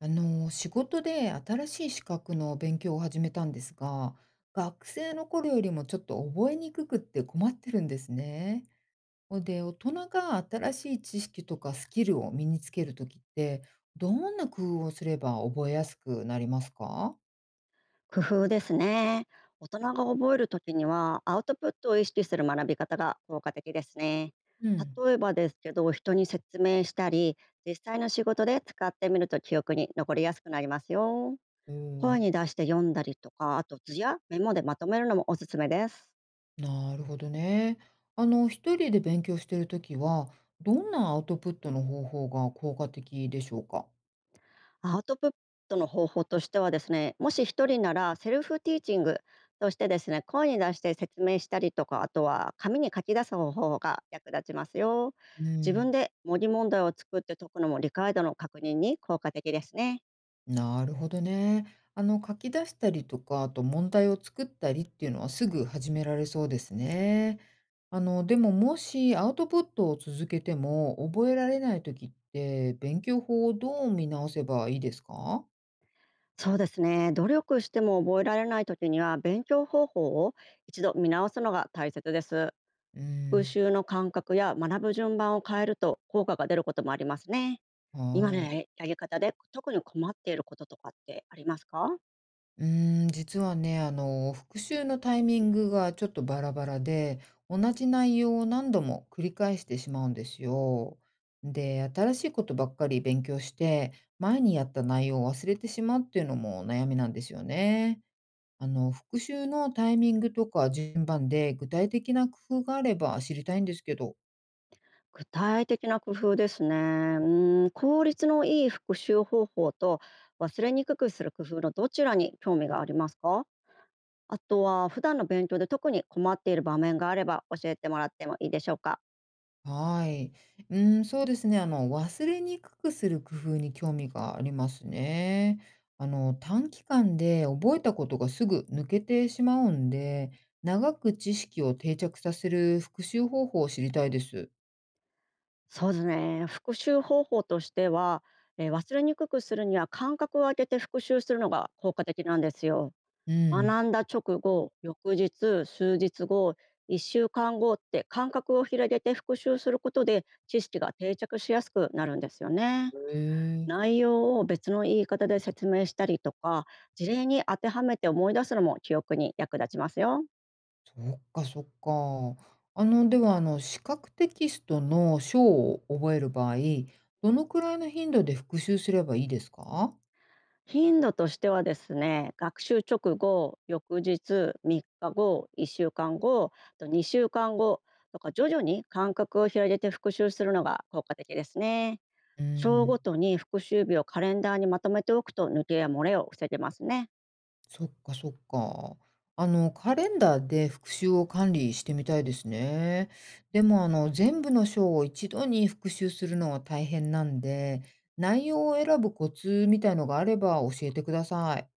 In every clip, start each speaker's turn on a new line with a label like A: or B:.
A: 仕事で新しい資格の勉強を始めたんですが、学生の頃よりもちょっと覚えにくくって困ってるんですね。ほんで、大人が新しい知識とかスキルを身につけるときって、どんな工夫をすれば覚えやすくなりますか？
B: 工夫ですね。大人が覚えるときには、アウトプットを意識する学び方が効果的ですね。
A: うん。
B: 例えばですけど、人に説明したり、実際の仕事で使ってみると記憶に残りやすくなりますよ。
A: おー、
B: 声に出して読んだりとか、あと図やメモでまとめるのもおすすめです。
A: なるほどね。一人で勉強してるときは、どんなアウトプットの方法が効果的でしょうか？
B: アウトプットの方法としてはですね、もし一人ならセルフティーチングとしてですね、声に出して説明したりとか、あとは紙に書き出す方法が役立ちますよ。
A: う
B: 自分
A: ん。
B: で模擬問題を作って解くのも理解度の確認に効果的ですね。
A: なるほどね。書き出したりとか、あと問題を作ったりっていうのはすぐ始められそうですね。でも、もしアウトプットを続けても覚えられない時って、勉強法をどう見直せばいいですか？
B: そうですね、努力しても覚えられない時には勉強方法を一度見直すのが大切です。
A: う
B: 復
A: ん。
B: 習の感覚や学ぶ順番を変えると効果が出ることもありますね。今の
A: は
B: や
A: い。
B: りやり方で特に困っていることとかってありますか？
A: うーん、実はね、復習のタイミングがちょっとバラバラで、同じ内容を何度も繰り返してしまうんですよ。で、新しいことばっかり勉強して、前にやった内容を忘れてしまうっていうのも悩みなんですよね。復習のタイミングとか順番で具体的な工夫があれば知りたいんですけど。
B: 具体的な工夫ですね。効率のいい復習方法と忘れにくくする工夫のどちらに興味がありますか？あとは普段の勉強で特に困っている場面があれば教えてもらってもいいでしょうか？
A: はい。うん、そうですね。忘れにくくする工夫に興味がありますね。短期間で覚えたことがすぐ抜けてしまうんで、長く知識を定着させる復習方法を知りたいです。
B: そうですね。復習方法としては、忘れにくくするには間隔を空けて復習するのが効果的なんですよ。
A: うん。
B: 学んだ直後、翌日、数日後、1週間後って間隔を広げて復習することで知識が定着しやすくなるんですよね。
A: へえ。
B: 内容を別の言い方で説明したりとか、事例に当てはめて思い出すのも記憶に役立ちますよ。
A: そっか、そっか。では、視覚テキストの章を覚える場合、どのくらいの頻度で復習すればいいですか？
B: 頻度としてはですね、学習直後、翌日、3日後、1週間後、あと2週間後とか徐々に間隔を広げて復習するのが効果的ですね。
A: う
B: 章ご
A: ん。
B: とに復習日をカレンダーにまとめておくと抜けや漏れを防げますね。
A: そっか、そっか。カレンダーで復習を管理してみたいですね。でも、全部の章を一度に復習するのは大変なんで、内容を選ぶコツみたいのがあれば教えてください。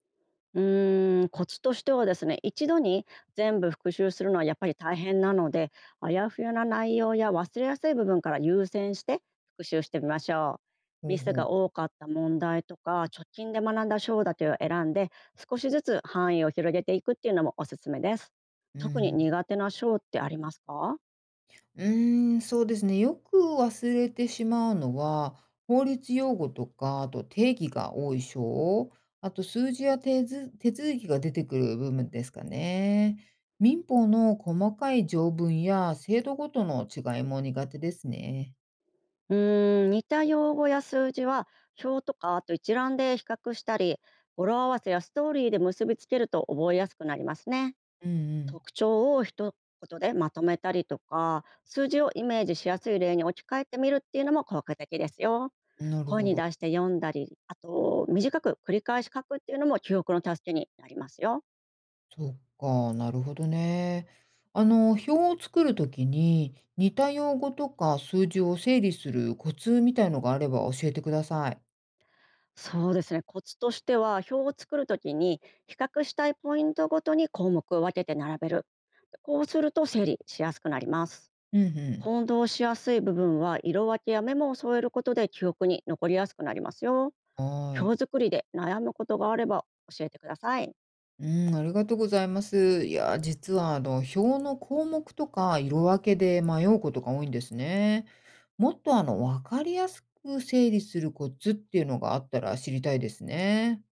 B: コツとしてはですね、一度に全部復習するのはやっぱり大変なので、あやふやな内容や忘れやすい部分から優先して復習してみましょう。
A: ほ
B: ミ
A: う
B: ス
A: ほ
B: が
A: う。
B: 多かった問題とか直近で学んだ章だけを選んで少しずつ範囲を広げていくっていうのもおすすめです。
A: う
B: 特に
A: ん。
B: 苦手な章ってありますか？
A: うーん、そうですね。よく忘れてしまうのは、法律用語とか、あと定義が多い章、あと数字や手ず手続きが出てくる部分ですかね。民法の細かい条文や制度ごとの違いも苦手ですね。
B: 似た用語や数字は表とかあと一覧で比較したり、語呂合わせやストーリーで結びつけると覚えやすくなりますね。
A: うん
B: 特徴を一言でまとめたりとか、数字をイメージしやすい例に置き換えてみるっていうのも効果的ですよ。
A: うん。なる
B: 声
A: ほ
B: に
A: ど。
B: 出して読んだり、あと短く繰り返し書くっていうのも記憶の助けになりますよ。
A: そっか、なるほどね。表を作るときに似た用語とか数字を整理するコツみたいのがあれば教えてください。
B: そうですね、コツとしては表を作るときに、比較したいポイントごとに項目を分けて並べる。こうすると整理しやすくなります。
A: うんうん。
B: 混同しやすい部分は色分けやメモを添えることで記憶に残りやすくなりますよ。
A: はい。
B: 表作りで悩むことがあれば教えてください。
A: うん、ありがとうございます。いや、実は表の項目とか色分けで迷うことが多いんですね。もっと分かりやすく整理するコツっていうのがあったら知りたいですね。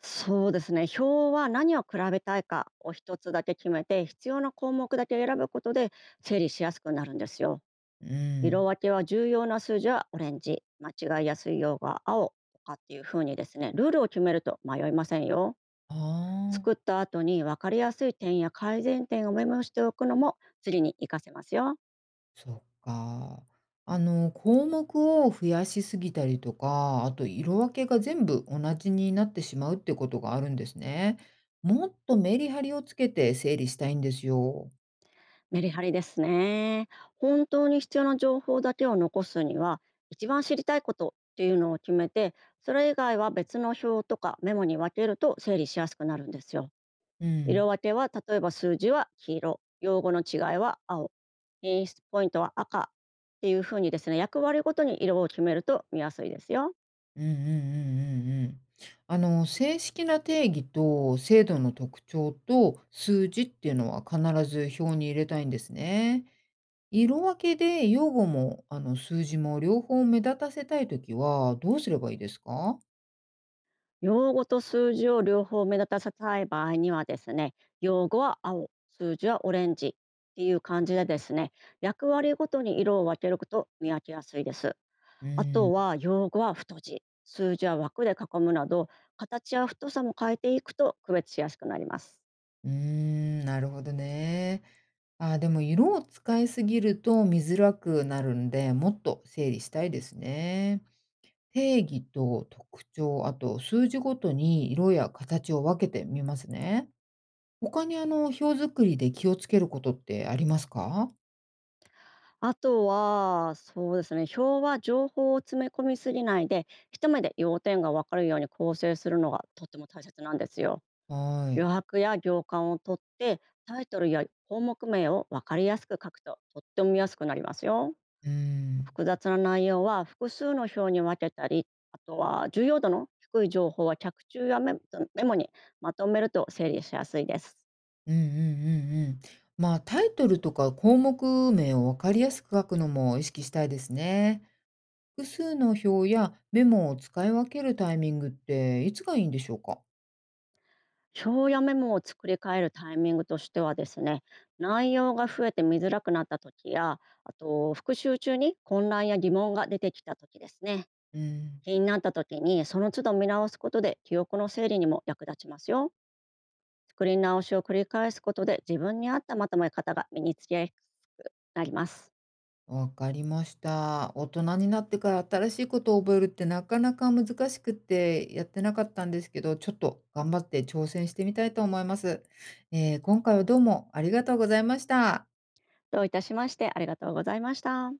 B: そうですね。表は何を比べたいかを一つだけ決めて必要な項目だけ選ぶことで整理しやすくなるんですよ。
A: う
B: 色
A: ん。
B: 分けは重要な数字はオレンジ、間違いやすい用が青とかっていう風にですね、ルールを決めると迷いませんよ。
A: ああ、
B: 作った後に分かりやすい点や改善点をメモしておくのも釣りに活かせますよ。
A: そっか。項目を増やしすぎたりとか、あと色分けが全部同じになってしまうってことがあるんですね。もっとメリハリをつけて整理したいんですよ。
B: メリハリですね。本当に必要な情報だけを残すには、一番知りたいことっていうのを決めて、それ以外は別の表とかメモに分けると整理しやすくなるんですよ。
A: うん。
B: 色分けは例えば数字は黄色、用語の違いは青、演出ポイントは赤っていうふうにですね、役割ごとに色を決めると見やすいですよ。
A: うんうんうんうんうん。正式な定義と制度の特徴と数字っていうのは必ず表に入れたいんですね。色分けで用語も数字も両方目立たせたいときはどうすればいいですか？
B: 用語と数字を両方目立たせたい場合にはですね、用語は青、数字はオレンジっていう感じでですね、役割ごとに色を分けると見分けやすいです。
A: う
B: あと
A: ん。
B: は用語は太字、数字は枠で囲むなど、形や太さも変えていくと区別しやすくなります。
A: うーん、なるほどね。あー、でも色を使いすぎると見づらくなるんで、もっと整理したいですね。定義と特徴、あと数字ごとに色や形を分けてみますね。他に表作りで気をつけることってありますか？
B: あとは、そうですね、表は情報を詰め込みすぎないで、一目で要点がわかるように構成するのがとっても大切なんですよ。
A: は
B: 余
A: い。
B: 白や行間を取って、タイトルや項目名をわかりやすく書くととっても見やすくなりますよ。
A: うーん。
B: 複雑な内容は複数の表に分けたり、あとは重要度の低い情報は脚注やメモにまとめると整理しやすいです。
A: うんうんうんうん。まあ、タイトルとか項目名を分かりやすく書くのも意識したいですね。複数の表やメモを使い分けるタイミングっていつがいいんでしょうか？
B: 表やメモを作り変えるタイミングとしてはですね、内容が増えて見づらくなった時や、あと復習中に混乱や疑問が出てきた時ですね。
A: うん。
B: 気になった時にその都度見直すことで記憶の整理にも役立ちますよ。作り直しを繰り返すことで自分に合ったまとめ方が身につきやすくなります。
A: わかりました。大人になってから新しいことを覚えるってなかなか難しくってやってなかったんですけど、ちょっと頑張って挑戦してみたいと思います。今回はどうもありがとうございました。
B: どういたしまして、ありがとうございました。